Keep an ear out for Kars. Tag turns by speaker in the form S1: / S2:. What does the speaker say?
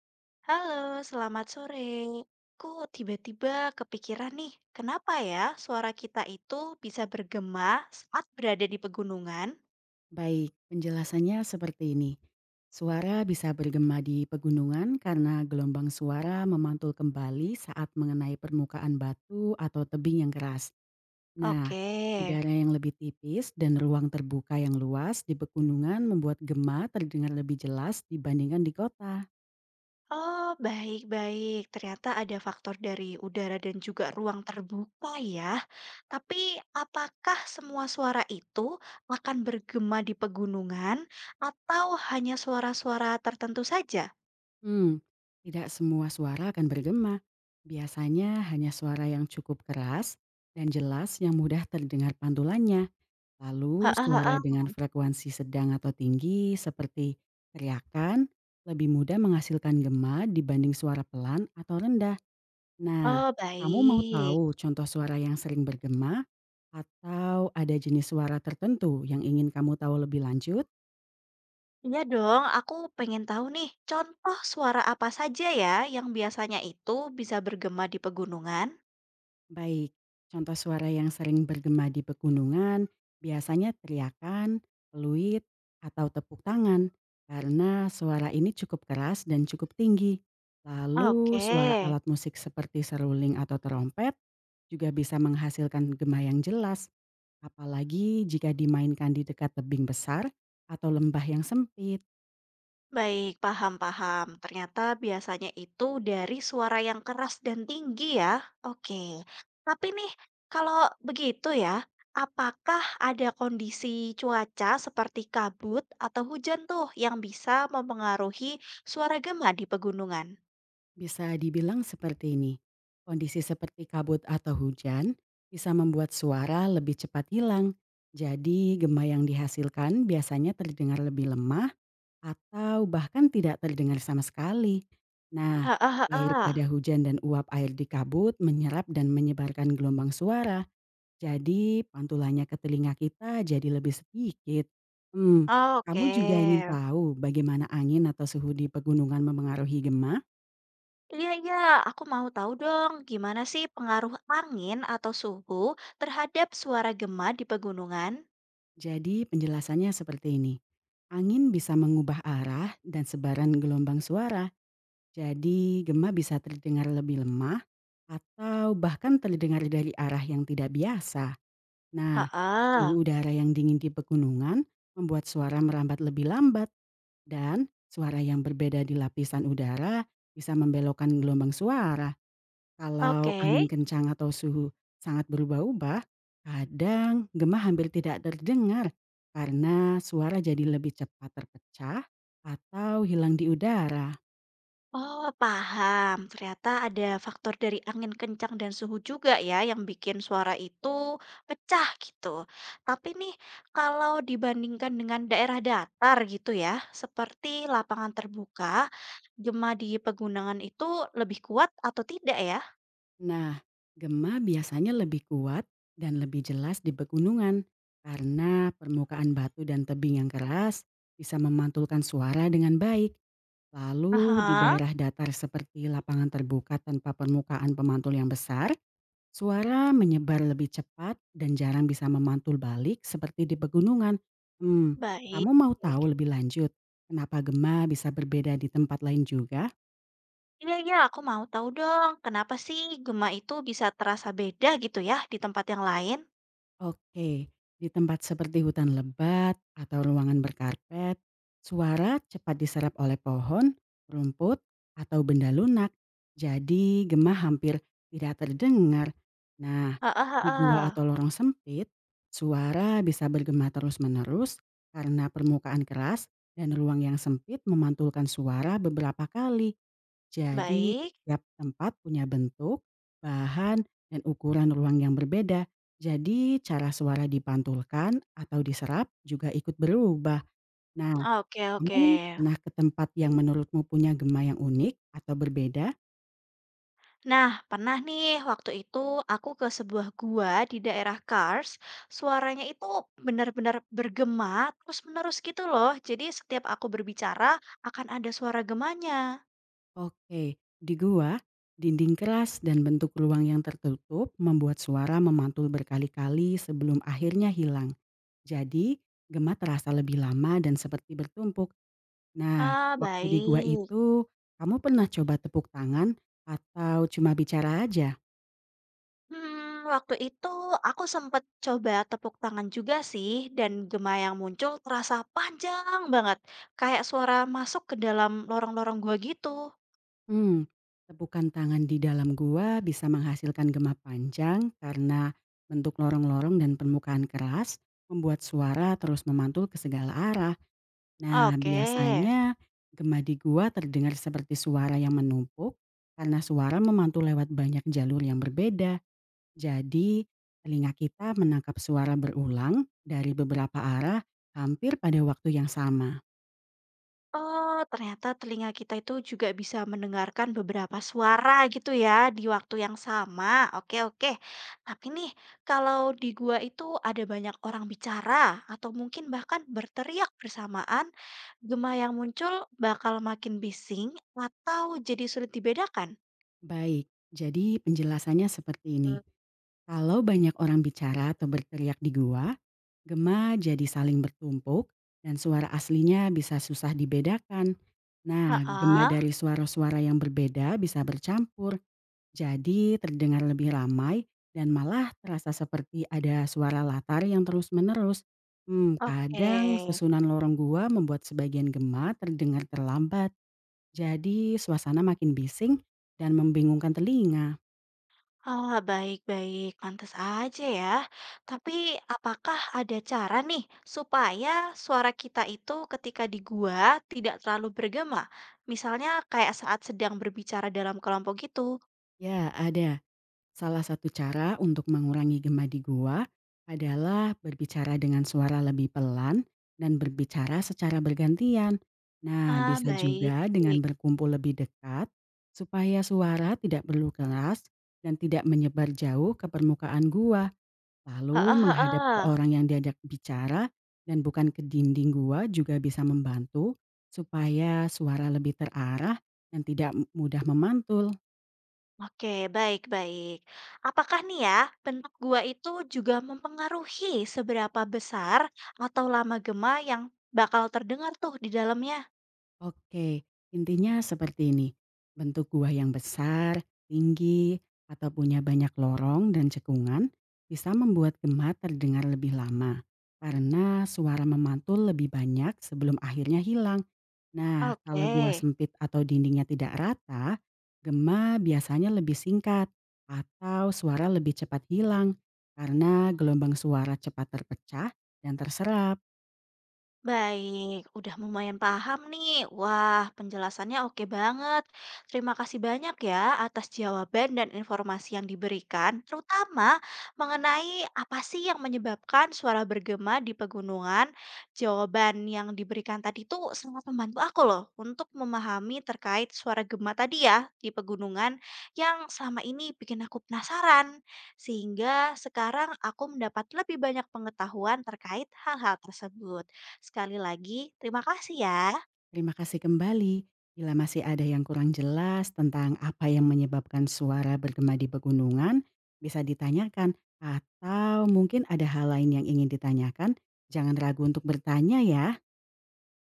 S1: Halo, selamat sore. Aku tiba-tiba kepikiran nih, kenapa ya suara kita itu bisa bergema saat berada di pegunungan?
S2: Baik, penjelasannya seperti ini. Suara bisa bergema di pegunungan karena gelombang suara memantul kembali saat mengenai permukaan batu atau tebing yang keras. Nah,
S1: Oke.
S2: udara yang lebih tipis dan ruang terbuka yang luas di pegunungan membuat gema terdengar lebih jelas dibandingkan di kota.
S1: Oh, baik-baik. Ternyata ada faktor dari udara dan juga ruang terbuka ya. Tapi apakah semua suara itu akan bergema di pegunungan atau hanya suara-suara tertentu saja?
S2: Hmm, tidak semua suara akan bergema. Biasanya hanya suara yang cukup keras dan jelas yang mudah terdengar pantulannya.
S1: Heeh,
S2: Lalu suara
S1: heeh.
S2: dengan frekuensi sedang atau tinggi seperti teriakan lebih mudah menghasilkan gema dibanding suara pelan atau rendah. Nah,
S1: Oh,
S2: kamu mau
S1: baik.
S2: tahu contoh suara yang sering bergema atau ada jenis suara tertentu yang ingin kamu tahu lebih lanjut?
S1: Iya dong, aku pengen tahu nih, contoh suara apa saja ya yang biasanya itu bisa bergema di pegunungan?
S2: Baik, contoh suara yang sering bergema di pegunungan biasanya teriakan, peluit, atau tepuk tangan karena suara ini cukup keras dan cukup tinggi. Lalu
S1: Oke,
S2: suara alat musik seperti seruling atau trompet juga bisa menghasilkan gema yang jelas, apalagi jika dimainkan di dekat tebing besar atau lembah yang sempit.
S1: baik, paham-paham. Ternyata biasanya itu dari suara yang keras dan tinggi ya. Oke, tapi nih, kalau begitu ya, apakah ada kondisi cuaca seperti kabut atau hujan tuh yang bisa mempengaruhi suara gema di pegunungan?
S2: Bisa dibilang seperti ini. Kondisi seperti kabut atau hujan bisa membuat suara lebih cepat hilang. Jadi gema yang dihasilkan biasanya terdengar lebih lemah atau bahkan tidak terdengar sama sekali. Nah,
S1: Heeh,
S2: air
S1: heeh.
S2: pada hujan dan uap air di kabut menyerap dan menyebarkan gelombang suara. Jadi pantulannya ke telinga kita jadi lebih sedikit. Hmm, kamu
S1: Oke.
S2: juga ingin tahu bagaimana angin atau suhu di pegunungan memengaruhi gema?
S1: Iya, iya, aku mau tahu dong, gimana sih pengaruh angin atau suhu terhadap suara gema di pegunungan?
S2: Jadi penjelasannya seperti ini. Angin bisa mengubah arah dan sebaran gelombang suara. Jadi gema bisa terdengar lebih lemah atau bahkan terdengar dari arah yang tidak biasa. Nah,
S1: Heeh,
S2: suhu udara yang dingin di pegunungan membuat suara merambat lebih lambat dan suara yang berbeda di lapisan udara bisa membelokkan gelombang suara. Kalau
S1: oke.
S2: angin kencang atau suhu sangat berubah-ubah, kadang gema hampir tidak terdengar karena suara jadi lebih cepat terpecah atau hilang di udara.
S1: Oh, paham. Ternyata ada faktor dari angin kencang dan suhu juga ya yang bikin suara itu pecah gitu. Tapi nih, kalau dibandingkan dengan daerah datar gitu ya, seperti lapangan terbuka, gema di pegunungan itu lebih kuat atau tidak ya?
S2: Nah, gema biasanya lebih kuat dan lebih jelas di pegunungan karena permukaan batu dan tebing yang keras bisa memantulkan suara dengan baik. Lalu di
S1: Aha,
S2: daerah datar seperti lapangan terbuka tanpa permukaan pemantul yang besar, suara menyebar lebih cepat dan jarang bisa memantul balik seperti di pegunungan. Hmm,
S1: baik.
S2: kamu mau tahu lebih lanjut kenapa gema bisa berbeda di tempat lain juga?
S1: Iya iya, aku mau tahu dong, kenapa sih gema itu bisa terasa beda gitu ya di tempat yang lain?
S2: Oke, di tempat seperti hutan lebat atau ruangan berkarpet, suara cepat diserap oleh pohon, rumput, atau benda lunak. Jadi gemah hampir tidak terdengar. Nah,
S1: Heeh
S2: di
S1: heeh.
S2: gua atau lorong sempit, suara bisa bergema terus-menerus karena permukaan keras dan ruang yang sempit memantulkan suara beberapa kali. Jadi,
S1: Baik.
S2: tiap tempat punya bentuk, bahan, dan ukuran ruang yang berbeda. Jadi cara suara dipantulkan atau diserap juga ikut berubah. Nah,
S1: Oke oke.
S2: kamu pernah ke tempat yang menurutmu punya gema yang unik atau berbeda?
S1: Nah, pernah nih waktu itu aku ke sebuah gua di daerah Kars, suaranya itu benar-benar bergema terus-menerus gitu loh. Jadi setiap aku berbicara akan ada suara gemanya.
S2: Oke, di gua, dinding keras dan bentuk ruang yang tertutup membuat suara memantul berkali-kali sebelum akhirnya hilang. Jadi, gema terasa lebih lama dan seperti bertumpuk. Nah,
S1: Ah,
S2: waktu di gua
S1: baik.
S2: itu, kamu pernah coba tepuk tangan atau cuma bicara aja?
S1: Waktu itu aku sempet coba tepuk tangan juga sih, dan gema yang muncul terasa panjang banget, kayak suara masuk ke dalam lorong-lorong gua gitu.
S2: Mmm, tepukan tangan di dalam gua bisa menghasilkan gema panjang karena bentuk lorong-lorong dan permukaan keras, membuat suara terus memantul ke segala arah. Nah,
S1: Oke.
S2: biasanya gema di gua terdengar seperti suara yang menumpuk karena suara memantul lewat banyak jalur yang berbeda. Jadi, telinga kita menangkap suara berulang dari beberapa arah hampir pada waktu yang sama.
S1: Oh, ternyata telinga kita itu juga bisa mendengarkan beberapa suara gitu ya di waktu yang sama. Oke, oke. Tapi nih, kalau di gua itu ada banyak orang bicara atau mungkin bahkan berteriak bersamaan, gema yang muncul bakal makin bising atau jadi sulit dibedakan.
S2: Baik, jadi penjelasannya seperti ini.
S1: Hmm.
S2: Kalau banyak orang bicara atau berteriak di gua, gema jadi saling bertumpuk dan suara aslinya bisa susah dibedakan. Nah, gema
S1: Heeh,
S2: dari suara-suara yang berbeda bisa bercampur, jadi terdengar lebih ramai dan malah terasa seperti ada suara latar yang terus-menerus. Hmm,
S1: oke.
S2: kadang sesunan lorong gua membuat sebagian gema terdengar terlambat, jadi suasana makin bising dan membingungkan telinga.
S1: Ah, baik-baik, pantas aja ya. Tapi apakah ada cara nih supaya suara kita itu ketika di gua tidak terlalu bergema? Misalnya kayak saat sedang berbicara dalam kelompok gitu.
S2: Ya, ada. Salah satu cara untuk mengurangi gema di gua adalah berbicara dengan suara lebih pelan dan berbicara secara bergantian. Nah,
S1: Ah,
S2: bisa
S1: baik.
S2: juga dengan berkumpul lebih dekat supaya suara tidak perlu keras dan tidak menyebar jauh ke permukaan gua.
S1: Heeh,
S2: Lalu menghadap ke
S1: heeh.
S2: orang yang diajak bicara dan bukan ke dinding gua juga bisa membantu supaya suara lebih terarah dan tidak mudah memantul.
S1: Oke, baik-baik. Apakah nih ya bentuk gua itu juga mempengaruhi seberapa besar atau lama gema yang bakal terdengar tuh di dalamnya?
S2: Oke, intinya seperti ini. Bentuk gua yang besar, tinggi, atau punya banyak lorong dan cekungan bisa membuat gema terdengar lebih lama karena suara memantul lebih banyak sebelum akhirnya hilang. Nah, kalau gua
S1: Oke.
S2: sempit atau dindingnya tidak rata, gema biasanya lebih singkat atau suara lebih cepat hilang karena gelombang suara cepat terpecah dan terserap.
S1: Baik, udah lumayan paham nih. Wah, penjelasannya oke banget. Terima kasih banyak ya atas jawaban dan informasi yang diberikan, terutama mengenai apa sih yang menyebabkan suara bergema di pegunungan. Jawaban yang diberikan tadi tuh sangat membantu aku loh untuk memahami terkait suara gema tadi ya di pegunungan yang selama ini bikin aku penasaran. Sehingga sekarang aku mendapat lebih banyak pengetahuan terkait hal-hal tersebut. Sekali lagi, terima kasih ya.
S2: Terima kasih kembali. Bila masih ada yang kurang jelas tentang apa yang menyebabkan suara bergema di pegunungan, bisa ditanyakan. Atau mungkin ada hal lain yang ingin ditanyakan, jangan ragu untuk bertanya ya.